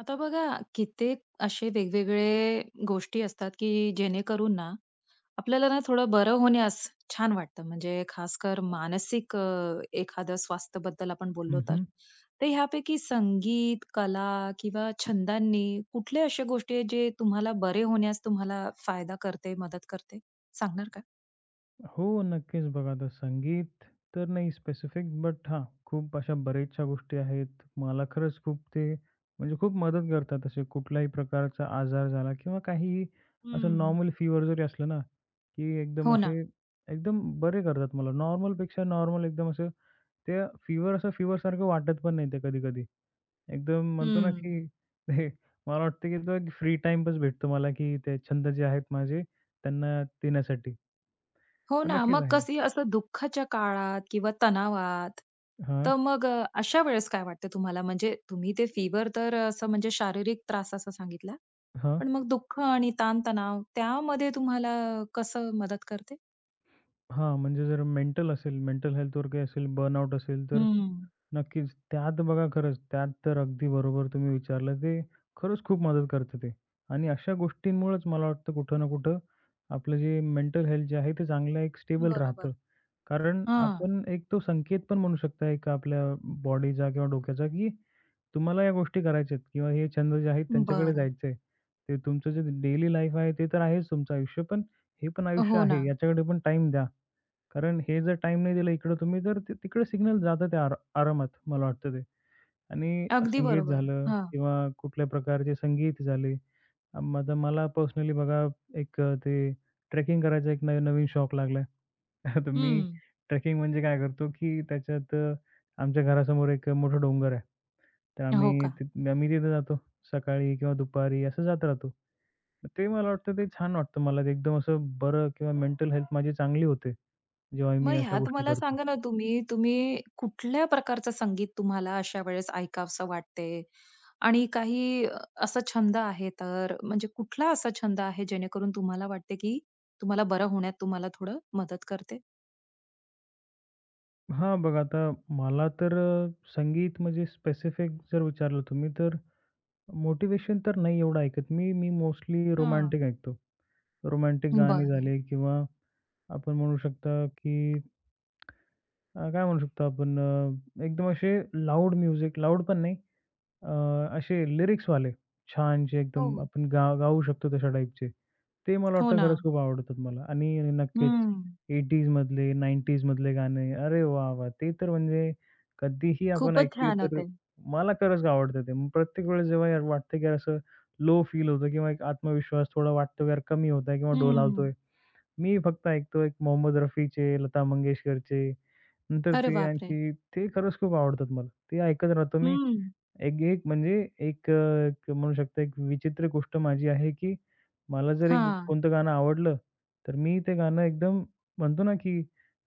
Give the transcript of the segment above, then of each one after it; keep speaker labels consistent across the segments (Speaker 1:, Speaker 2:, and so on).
Speaker 1: आता बघा, कित्येक असे वेगवेगळे गोष्टी असतात की जेणेकरून ना आपल्याला ना थोडं बरं होण्यास छान वाटतं. म्हणजे खासकर मानसिक एखादं स्वास्थ्याबद्दल आपण बोललो तर
Speaker 2: हं,
Speaker 1: तर ह्यापैकी संगीत कला किंवा छंदांनी कुठले अशा गोष्टी आहेत जे तुम्हाला बरे होण्यास तुम्हाला फायदा करते, मदत करते. सांगणार का?
Speaker 2: हो, नक्कीच बघा आता संगीत तर नाही स्पेसिफिक, बट हां, खूप अशा बऱ्याचशा गोष्टी आहेत. मला खरंच खूप ते म्हणजे खूप मदत करतात. असे कुठल्याही प्रकारचा आजार झाला किंवा काही असं
Speaker 1: हम्म.
Speaker 2: नॉर्मल फीवर जरी असलं ना, की
Speaker 1: हो ना.
Speaker 2: एकदम बरे करतात मला. नॉर्मलपेक्षा नॉर्मल एकदम असं ते फीव्हर असं फीव्हरसारखं वाटत पण नाही ते कधी-कधी. एकदम म्हणतो ना,
Speaker 1: हम्म.
Speaker 2: की हे मला वाटतं, की तो एक फ्री टाईमच भेटतो मला, की ते छंद जे आहेत माझे त्यांना देण्यासाठी.
Speaker 1: हो
Speaker 2: पण
Speaker 1: ना.
Speaker 2: नक्कीच
Speaker 1: मग
Speaker 2: आहे.
Speaker 1: कसंही असं दुःखाच्या काळात किंवा तणावात,
Speaker 2: हां,
Speaker 1: तर मग अशा वेळेस काय वाटतं तुम्हाला? म्हणजे तुम्ही ते फीवर तर असं म्हणजे शारीरिक त्रास असा सांगितला.
Speaker 2: हां,
Speaker 1: पण मग दुःख आणि ताण-तणाव त्यामध्ये तुम्हाला कसं मदत करते?
Speaker 2: हां. म्हणजे जर मेंटल असेल, मेंटल हेल्थ वर काही असेल, बर्नआउट असेल, तर
Speaker 1: हं.
Speaker 2: नक्कीच. त्यात बघा खरंच, त्यात तर अगदी बरोबर तुम्ही विचारलं ते खरंच खूप मदत करतं ते. आणि अशा गोष्टींमुळेच मला वाटतं कुठं ना कुठं आपलं जे मेंटल हेल्थ जे आहे ते चांगलं एक स्टेबल
Speaker 1: बरोबर.
Speaker 2: राहतं. कारण
Speaker 1: हां.
Speaker 2: आपण एक तो संकेत पण म्हणू शकता एक आपल्या बॉडीचा किंवा डोक्याचा, की तुम्हाला या गोष्टी करायच्या आहेत किंवा हे छंद जे आहेत त्यांच्याकडे
Speaker 1: बरं.
Speaker 2: जायचं आहे. ते तुमचं जे डेली लाईफ आहे ते तर आहेच तुमचं आयुष्य, पण हे पण आयुष्य
Speaker 1: हो ना.
Speaker 2: आहे याच्याकडे पण टाईम द्या. कारण हे जर टाईम नाही दिला इकडं तुम्ही, तर ते तिकडे सिग्नल जातं ते आरामात, मला वाटतं ते. आणि
Speaker 1: अगदी
Speaker 2: संगीत
Speaker 1: बरोबर.
Speaker 2: झालं
Speaker 1: हां.
Speaker 2: किंवा कुठल्या प्रकारचे संगीत झाले. अ, म आता मला पर्सनली बघा एक अ, ते ट्रेकिंग करायचा एक नवीन शौक लागलाय. तर मी
Speaker 1: हं.
Speaker 2: ट्रेकिंग म्हणजे काय करतो, की त्याच्यात आमच्या घरासमोर एक मोठा डोंगर आहे. तर
Speaker 1: हो का?
Speaker 2: आम्ही तिथे जातो सकाळी किंवा दुपारी असं जात राहतो. ते मला वाटतं ते छान वाटतं मला ते एकदम असं बरं किंवा मेंटल हेल्थ माझी चांगली होते, जेव्हा मी
Speaker 1: मग
Speaker 2: अशा
Speaker 1: ह्यात
Speaker 2: गोष्टी
Speaker 1: मला
Speaker 2: करतो.
Speaker 1: सांगा ना तुम्ही, तुम्ही कुठल्या प्रकारचं संगीत तुम्हाला अशा वेळेस ऐकावसं वाटते? आणि काही असा छंद आहे तर म्हणजे कुठला असा छंद आहे जेणेकरून तुम्हाला वाटते, की तुम्हाला बरं होण्यात तुम्हाला थोडं मदत करते?
Speaker 2: हां, बघा आता मला तर संगीत म्हणजे स्पेसिफिक जर विचारलं तुम्ही तर मोटिवेशन तर नाही एवढं ऐकत मी. मी मोस्टली
Speaker 1: हां.
Speaker 2: रोमॅन्टिक ऐकतो. रोमॅन्टिक गाणे
Speaker 1: बरं.
Speaker 2: झाले किंवा आपण म्हणू शकता, की काय म्हणू शकतो आपण एकदम असे लाऊड म्युझिक लाऊड पण नाही. अ, असे लिरिक्सवाले छान जे
Speaker 1: हो,
Speaker 2: एकदम
Speaker 1: हो.
Speaker 2: आपण गाऊ शकतो तशा टाईपचे. ते मला
Speaker 1: हो
Speaker 2: वाटतं
Speaker 1: ना.
Speaker 2: खरंच खूप आवडतात मला आणि नक्कीच
Speaker 1: हं.
Speaker 2: एटीज मधले, 90s मधले गाणे. अरे वाह, वाह! ते तर म्हणजे कधीही आपण
Speaker 1: खूपच
Speaker 2: ऐकले
Speaker 1: छान
Speaker 2: तर
Speaker 1: होते.
Speaker 2: मला खरंच आवडतं ते. मग प्रत्येक वेळेस जेव्हा यार वाटतं की यार असं लो फील होतं किंवा एक आत्मविश्वास थोडा वाटतो की यार कमी होत आहे किंवा डोलावतोय.
Speaker 1: हं.
Speaker 2: मी फक्त ऐकतो एक मोहम्मद रफीचे, लता मंगेशकरचे. नंतर
Speaker 1: अरे
Speaker 2: ते
Speaker 1: बापरे!
Speaker 2: आणखी ते खरंच खूप आवडतात मला. ते ऐकत राहतो मी.
Speaker 1: हं.
Speaker 2: एक एक म्हणजे एक अ, एक म्हणू शकता एक विचित्र गोष्ट माझी आहे, की मला जर एक
Speaker 1: हां.
Speaker 2: कोणतं गाणं आवडलं, तर मी ते गाणं एकदम म्हणतो ना, की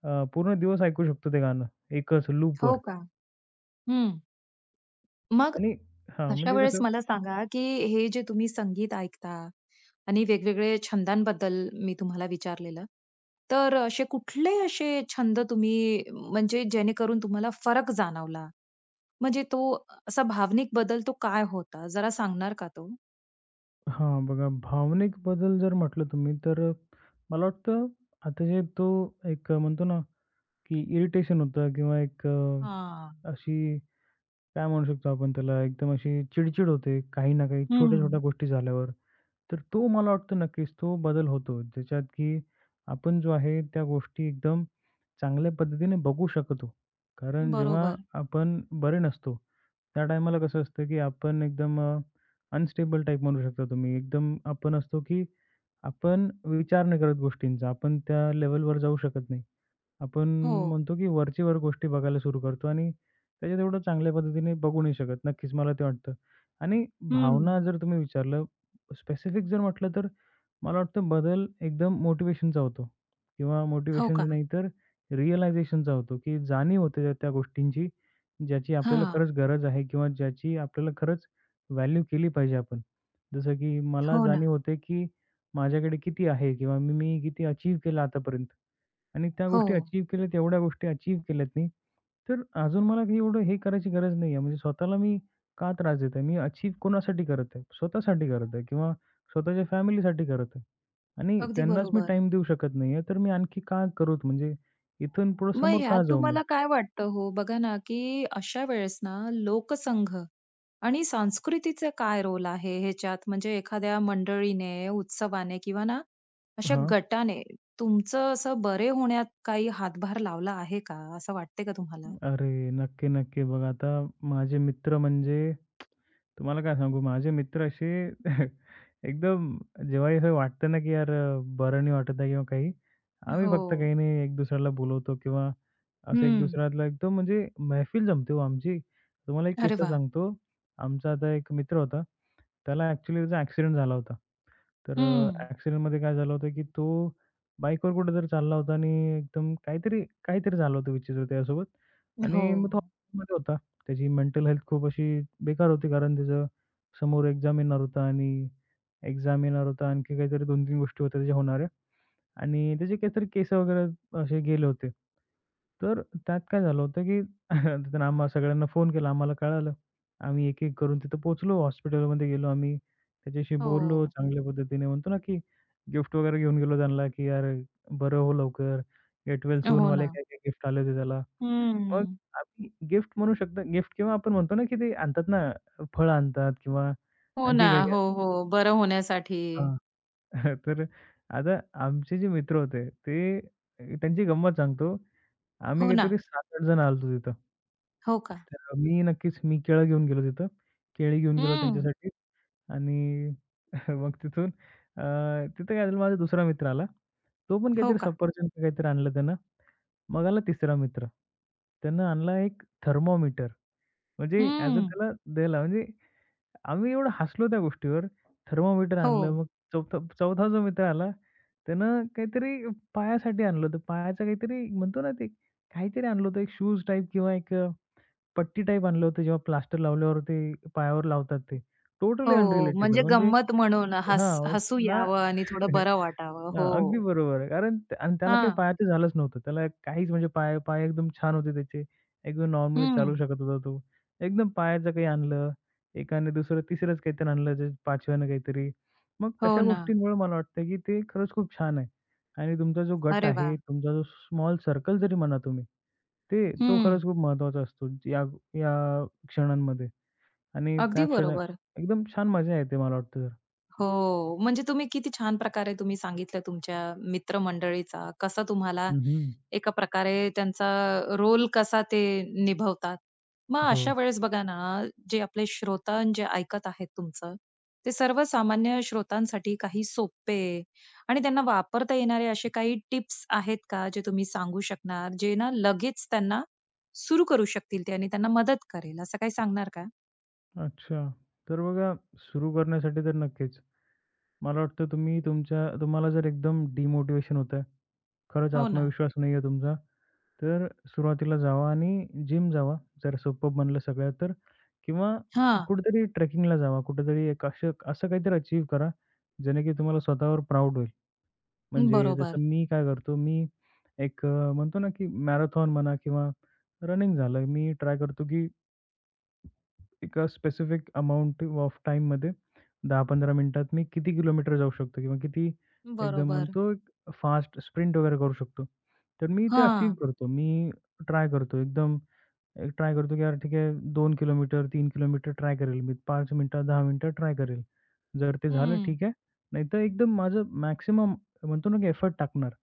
Speaker 2: अ, पूर्ण दिवस ऐकू शकतो ते गाणं एकच लूपवर.
Speaker 1: हो का? हं. मग
Speaker 2: आणि हां,
Speaker 1: अशा
Speaker 2: म्हणजे
Speaker 1: वेळेस
Speaker 2: कसं
Speaker 1: मला सांगा, की हे जे तुम्ही संगीत ऐकता आणि वेगवेगळे छंदांबद्दल मी तुम्हाला विचारलेलं. तर असे कुठले असे छंद तुम्ही म्हणजे जेणेकरून तुम्हाला फरक जाणवला? म्हणजे तो असा भावनिक बदल तो काय होता? जरा सांगणार का तो?
Speaker 2: हां, बघा भावनिक बदल जर म्हटलं तुम्ही, तर मला वाटतं आता जे तो एक म्हणतो ना, की इरिटेशन होतं किंवा
Speaker 1: हां.
Speaker 2: अशी काय म्हणू शकतो आपण त्याला एकदम अशी चिड होते काही ना काही छोट्या-छोट्या
Speaker 1: हं.
Speaker 2: गोष्टी झाल्यावर. तर तो मला वाटतं नक्कीच तो बदल होतो, ज्याच्यात की आपण जो आहे त्या गोष्टी एकदम चांगल्या पद्धतीने बघू शकतो. कारण जेव्हा
Speaker 1: बरोबर.
Speaker 2: आपण बरे नसतो, त्या टायमाला कसं असतं की आपण एकदम अनस्टेबल टाइप म्हणू शकता तुम्ही. एकदम आपण असतो की आपण विचार नाही करत गोष्टींचा. आपण त्या लेव्हलवर जाऊ शकत नाही. आपण
Speaker 1: हो.
Speaker 2: म्हणतो की वरचेवर गोष्टी बघायला सुरू करतो आणि त्याच्यात एवढं चांगल्या पद्धतीने बघू नाही शकत. नक्कीच मला ते वाटतं. आणि
Speaker 1: हं.
Speaker 2: भावना जर तुम्ही विचारलं स्पेसिफिक जर म्हटलं तर मला वाटतं बदल एकदम मोटिव्हेशनचा होतो किंवा
Speaker 1: हो
Speaker 2: मोटिवेशन
Speaker 1: का?
Speaker 2: नाही तर रिअलायझेशनचा होतो, की जाणीव होते त्या त्या गोष्टींची ज्याची आपल्याला
Speaker 1: हां.
Speaker 2: खरंच गरज आहे किंवा ज्याची आपल्याला खरंच व्हॅल्यू केली पाहिजे आपण. जसं की मला
Speaker 1: हो ना.
Speaker 2: जाणीव होते, की माझ्याकडे किती आहे किंवा मी मी किती अचीव्ह केलं आतापर्यंत. आणि त्या
Speaker 1: हो.
Speaker 2: गोष्टी अचीव्ह केल्यात, एवढ्या गोष्टी अचीव्ह केल्यात मी, तर अजून मला काही एवढं हे करायची गरज नाहीये. म्हणजे स्वतःला मी का त्रास देतोय? मी अचीव्ह कोणासाठी करत आहे? स्वतःसाठी करत आहे किंवा स्वतःच्या फॅमिलीसाठी करत आहे आणि
Speaker 1: अगदी
Speaker 2: त्यांनाच मी
Speaker 1: बरोबर.
Speaker 2: टाईम देऊ शकत नाहीये, तर मी आणखी का करूत? म्हणजे इथून पुढे
Speaker 1: मग
Speaker 2: समोर का
Speaker 1: ह्यात
Speaker 2: जाऊ मी?
Speaker 1: तुम्हाला काय वाटतं हो? बघा ना, की अशा वेळेस ना लोकसंघ आणि संस्कृतीचा काय रोल आहे ह्याच्यात? म्हणजे एखाद्या मंडळीने, उत्सवाने किंवा ना अशा
Speaker 2: हां.
Speaker 1: गटाने तुमचं असं बरे होण्यात काही हातभार लावला आहे का? असं वाटते का तुम्हाला?
Speaker 2: अरे, नक्की, नक्की. बघा आता माझे मित्र म्हणजे तुम्हाला काय सांगू माझे मित्र असे एकदम जेव्हाही असं वाटतं ना, की यार बरं नाही वाटत आहे किंवा काही, आम्ही
Speaker 1: हो.
Speaker 2: फक्त काही नाही एक दुसऱ्याला बोलवतो किंवा असं एक
Speaker 1: हं.
Speaker 2: दुसऱ्याला एकदम म्हणजे महफिल जमते हो आमची. तुम्हाला एक
Speaker 1: अरे
Speaker 2: किस्सा
Speaker 1: वाह!
Speaker 2: सांगतो. आमचा आता एक मित्र होता. ॲक्चुअली त्याचा ॲक्सिडेंट झाला होता. तर
Speaker 1: हं.
Speaker 2: अ, ॲक्सिडेंटमध्ये काय झालं होतं, की तो बाईकवर कुठेतरी चालला होता आणि एकदम काहीतरी काहीतरी झालं होतं विचित्र त्याच्यासोबत
Speaker 1: हो.
Speaker 2: आणि मग तो हॉस्पिटलमध्ये होता. त्याची मेंटल हेल्थ खूप अशी बेकार होती कारण त्याचं समोर एक्झाम येणार होता आणि एक्झाम येणार होता. आणखी काहीतरी 2-3 गोष्टी होत्या त्याच्या होणाऱ्या. आणि त्याचे काहीतरी केस वगैरे असे गेले होते. तर त्यात काय झालं होतं, की त्यानं आम्हा सगळ्यांना फोन केला. आम्हाला कळालं. आम्ही एक-एक करून तिथं पोहोचलो. हॉस्पिटलमध्ये गेलो आम्ही. त्याच्याशी बोललो
Speaker 1: हो.
Speaker 2: चांगल्या पद्धतीने. म्हणतो ना, की गिफ्ट वगैरे घेऊन गेलो त्यांना, की "यार, बरं हो लवकर." गेट वेल
Speaker 1: हो
Speaker 2: सूनवाले
Speaker 1: ना.
Speaker 2: काय-काय गिफ्ट आले होते त्याला. मग
Speaker 1: हं.
Speaker 2: आम्ही गिफ्ट म्हणू शकतो गिफ्ट किंवा आपण म्हणतो ना, की ते आणतात ना, फळं आणतात किंवा
Speaker 1: हो
Speaker 2: आणखी
Speaker 1: ना.
Speaker 2: काय-काय.
Speaker 1: हो, हो. बरं होण्यासाठी.
Speaker 2: तर आता आमचे जे मित्र होते ते त्यांची गंमत सांगतो. आम्ही
Speaker 1: हो ना.
Speaker 2: काहीतरी 7-8 जण आलो होतो तिथं.
Speaker 1: हो का?
Speaker 2: तर नक्कीच मी केळं घेऊन गेलो तिथं. केळी घेऊन गेलो
Speaker 1: हं.
Speaker 2: त्यांच्यासाठी. आणि मग तिथं काय झालं माझा दुसरा मित्र आला. तो पण
Speaker 1: हो
Speaker 2: काहीतरी
Speaker 1: का?
Speaker 2: सफरचंद का काहीतरी आणलं त्यानं. मग आला तिसरा मित्र. त्यानं आणला एक थर्मोमीटर म्हणजे ॲज अ
Speaker 1: हं.
Speaker 2: त्याला द्यायला म्हणजे आम्ही एवढं हसलो त्या गोष्टीवर. थर्मामीटर
Speaker 1: हो.
Speaker 2: आणलं. मग चौथा चौथा जो मित्र आला, त्यानं काहीतरी पायासाठी आणलं होतं. पायाचं काहीतरी म्हणतो ना, ते काहीतरी आणलं होतं. एक शूज टाइप किंवा एक पट्टी टाइप आणलं होतं. जेव्हा प्लास्टर लावल्यावर ते पायावर लावतात ते. टोटली
Speaker 1: हो,
Speaker 2: अनरिलेटेबल
Speaker 1: म्हणजे
Speaker 2: म्हणजे
Speaker 1: गंमत म्हणून हस.
Speaker 2: हां,
Speaker 1: हसू
Speaker 2: ना
Speaker 1: यावं आणि थोडं बरं वाटावं.
Speaker 2: हां, अगदी
Speaker 1: हो.
Speaker 2: बरोबर आहे. कारण आणि त्याला काही
Speaker 1: हां.
Speaker 2: पायाचं झालंच नव्हतं. त्याला काहीच म्हणजे पाय पाय एकदम छान होते त्याचे. एकदम नॉर्मली
Speaker 1: हं.
Speaker 2: चालू शकत होता तो. एकदम पायाचं काही आणलं, एकाने दुसरं तिसरंच काहीतरी आणलं, जे पाचव्यानं काहीतरी. मग
Speaker 1: हो
Speaker 2: तशा
Speaker 1: ना.
Speaker 2: गोष्टींमुळे मला वाटतं, की ते खरंच खूप छान आहे. आणि तुमचा जो गट
Speaker 1: अरे
Speaker 2: आहे,
Speaker 1: वाह!
Speaker 2: तुमचा जो स्मॉल सर्कल जरी म्हणा तुम्ही, तो
Speaker 1: हं.
Speaker 2: खरंच खूप महत्त्वाचा असतो या या क्षणांमध्ये आणि त्या
Speaker 1: अगदी
Speaker 2: क्षण
Speaker 1: बरोबर.
Speaker 2: एकदम छान मजा येते मला वाटतं.
Speaker 1: हो. म्हणजे तुम्ही किती छान प्रकारे तुम्ही सांगितलं तुमच्या मित्रमंडळीचा कसा तुम्हाला
Speaker 2: हं, हं.
Speaker 1: एका प्रकारे त्यांचा रोल कसा ते निभवतात. मग
Speaker 2: हो.
Speaker 1: अशा वेळेस बघा ना, जे आपले श्रोता अन् जे ऐकत आहेत तुमचं, ते सर्वसामान्य श्रोतांसाठी काही सोपे आणि त्यांना वापरता येणारे असे काही टिप्स आहेत का, जे तुम्ही सांगू शकणार, जे ना लगेच त्यांना सुरू करू शकतील ते आणि त्यांना मदत करेल, असं काही सांगणार का?
Speaker 2: अच्छा. तर बघा सुरू करण्यासाठी तर नक्कीच. मला वाटतं तुम्ही तुमच्या तुम्हाला जर एकदम डिमोटिव्हेशन होतंय, खरंच
Speaker 1: हो ना.
Speaker 2: आत्मविश्वास नाही आहे तुमचा, तर सुरुवातीला जावा आणि जिम जावा, जर सोपं बनलं सगळ्यात तर. किंवा
Speaker 1: हां.
Speaker 2: कुठेतरी ट्रेकिंगला जावा, कुठेतरी एक असं असं काहीतरी अचीव्ह करा, जेणे की तुम्हाला स्वतःवर प्राउड होईल. म्हणजे
Speaker 1: बरोबर,
Speaker 2: जसं मी काय करतो, मी म्हणतो ना, की मॅरेथॉन म्हणा किंवा रनिंग झालं, मी ट्राय करतो की एका स्पेसिफिक अमाउंट ऑफ टाईममध्ये 10-15 मिनिटात मी किती किलोमीटर जाऊ शकतो किंवा किती एकदम
Speaker 1: बरोबर.
Speaker 2: म्हणतो फास्ट स्प्रिंट वगैरे करू शकतो. तर मी ते
Speaker 1: हां.
Speaker 2: अचीव्ह करतो. मी ट्राय करतो एकदम एक ट्राय करतो, की यार ठीक आहे 2 किलोमीटर, 3 किलोमीटर ट्राय करेल मी. 5 मिनिटं, 10 मिनिटं ट्राय करेल. जर ते झालं
Speaker 1: हं.
Speaker 2: ठीक आहे. नाहीतर एकदम माझं मॅक्सिमम म्हणतो ना, की एफर्ट टाकणार.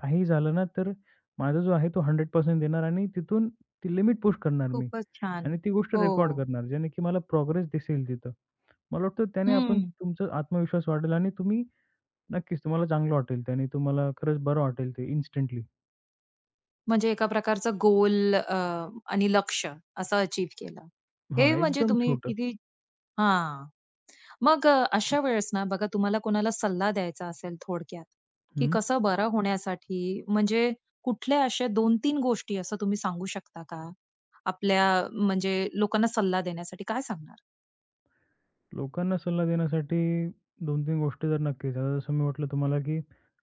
Speaker 2: काहीही झालं ना, तर माझा जो आहे तो 100% देणार आणि तिथून ती लिमिट पुश करणार मी.
Speaker 1: खूपच छान.
Speaker 2: आणि ती गोष्ट
Speaker 1: हो.
Speaker 2: रेकॉर्ड करणार, ज्याने की मला प्रोग्रेस दिसेल तिथं. मला वाटतं त्याने आपण
Speaker 1: हं.
Speaker 2: तुमचा आत्मविश्वास वाढेल आणि तुम्ही नक्कीच तुम्हाला चांगलं वाटेल त्याने. तुम्हाला खरंच बरं वाटेल ते इन्स्टंटली.
Speaker 1: म्हणजे एका प्रकारचं गोल आणि लक्ष्य असं अचीव्ह केलं.
Speaker 2: हां,
Speaker 1: हे म्हणजे
Speaker 2: एकदम
Speaker 1: तुम्ही
Speaker 2: छोटं.
Speaker 1: किती. हां. मग अशा वेळेस ना बघा तुम्हाला कोणाला सल्ला द्यायचा असेल थोडक्यात, की
Speaker 2: हं.
Speaker 1: कसं बरं होण्यासाठी म्हणजे कुठल्या अशा 2-3 गोष्टी असं तुम्ही सांगू शकता का? आपल्या म्हणजे लोकांना सल्ला देण्यासाठी काय सांगणार?
Speaker 2: लोकांना सल्ला देण्यासाठी 2-3 गोष्टी तर नक्कीच. आता जसं मी म्हटलं तुम्हाला, की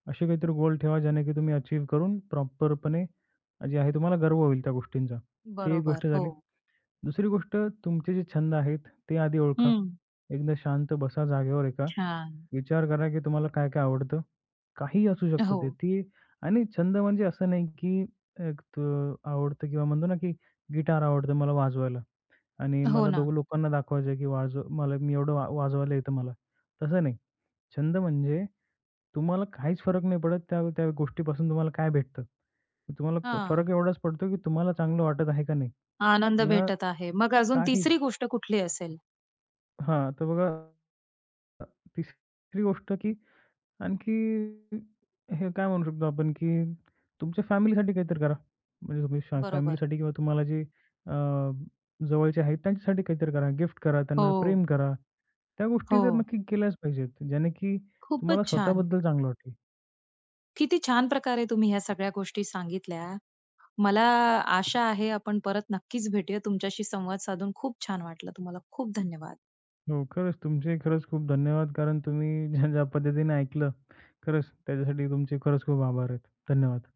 Speaker 2: असे काहीतरी गोल ठेवा ज्याने की तुम्ही अचीव्ह करून प्रॉपरपणे जे आहे तुम्हाला गर्व होईल त्या गोष्टींचा. ती एक गोष्ट
Speaker 1: बरोबर. हो.
Speaker 2: झाली. दुसरी गोष्ट तुमचे जे छंद आहेत ते आधी ओळखा.
Speaker 1: हं.
Speaker 2: एकदा शांत बसा जागेवर एका
Speaker 1: छान.
Speaker 2: विचार करा, की तुम्हाला काय काय आवडतं? काहीही असू शकतं
Speaker 1: हो.
Speaker 2: ते. आणि छंद म्हणजे असं नाही, की एक त आवडतं किंवा म्हणतो ना, की गिटार आवडतं मला वाजवायला आणि
Speaker 1: हो
Speaker 2: मला
Speaker 1: ना.
Speaker 2: दोघं लोकांना दाखवायचं, की वाजव मला मी एवढं वाजवायला येतं मला. तसं नाही. छंद म्हणजे तुम्हाला काहीच फरक नाही पडत त्या त्या गोष्टीपासून तुम्हाला काय भेटतं. तुम्हाला फरक
Speaker 1: हां.
Speaker 2: एवढाच पडतो, की तुम्हाला चांगलं वाटत आहे का नाही?
Speaker 1: आनंद
Speaker 2: न
Speaker 1: भेटत आहे. मग अजून
Speaker 2: काहीच.
Speaker 1: तिसरी गोष्ट कुठली असेल?
Speaker 2: हां, तर बघा तिसरी गोष्ट, की आणखी हे काय म्हणू शकतो आपण, की तुमच्या फॅमिलीसाठी काहीतरी करा. म्हणजे तुम्ही
Speaker 1: बरोबर.
Speaker 2: फॅमिलीसाठी किंवा तुम्हाला जे अ, जवळचे आहेत त्यांच्यासाठी काहीतरी करा. गिफ्ट करा, त्यांना
Speaker 1: हो,
Speaker 2: प्रेम करा. त्या गोष्टी
Speaker 1: हो.
Speaker 2: तर नक्की केल्याच पाहिजेत, ज्याने की
Speaker 1: खूपच
Speaker 2: तुम्हाला
Speaker 1: छान.
Speaker 2: स्वतःबद्दल चांगलं वाटेल.
Speaker 1: किती छान प्रकारे तुम्ही ह्या सगळ्या गोष्टी सांगितल्या. मला आशा आहे आपण परत नक्कीच भेटूया. तुमच्याशी संवाद साधून खूप छान वाटलं. तुम्हाला खूप धन्यवाद.
Speaker 2: हो, खरंच तुमचे खरंच खूप धन्यवाद. कारण तुम्ही ज्या ज्या पद्धतीने ऐकलं, खरंच त्याच्यासाठी तुमचे खरंच खूप आभार आहेत. धन्यवाद.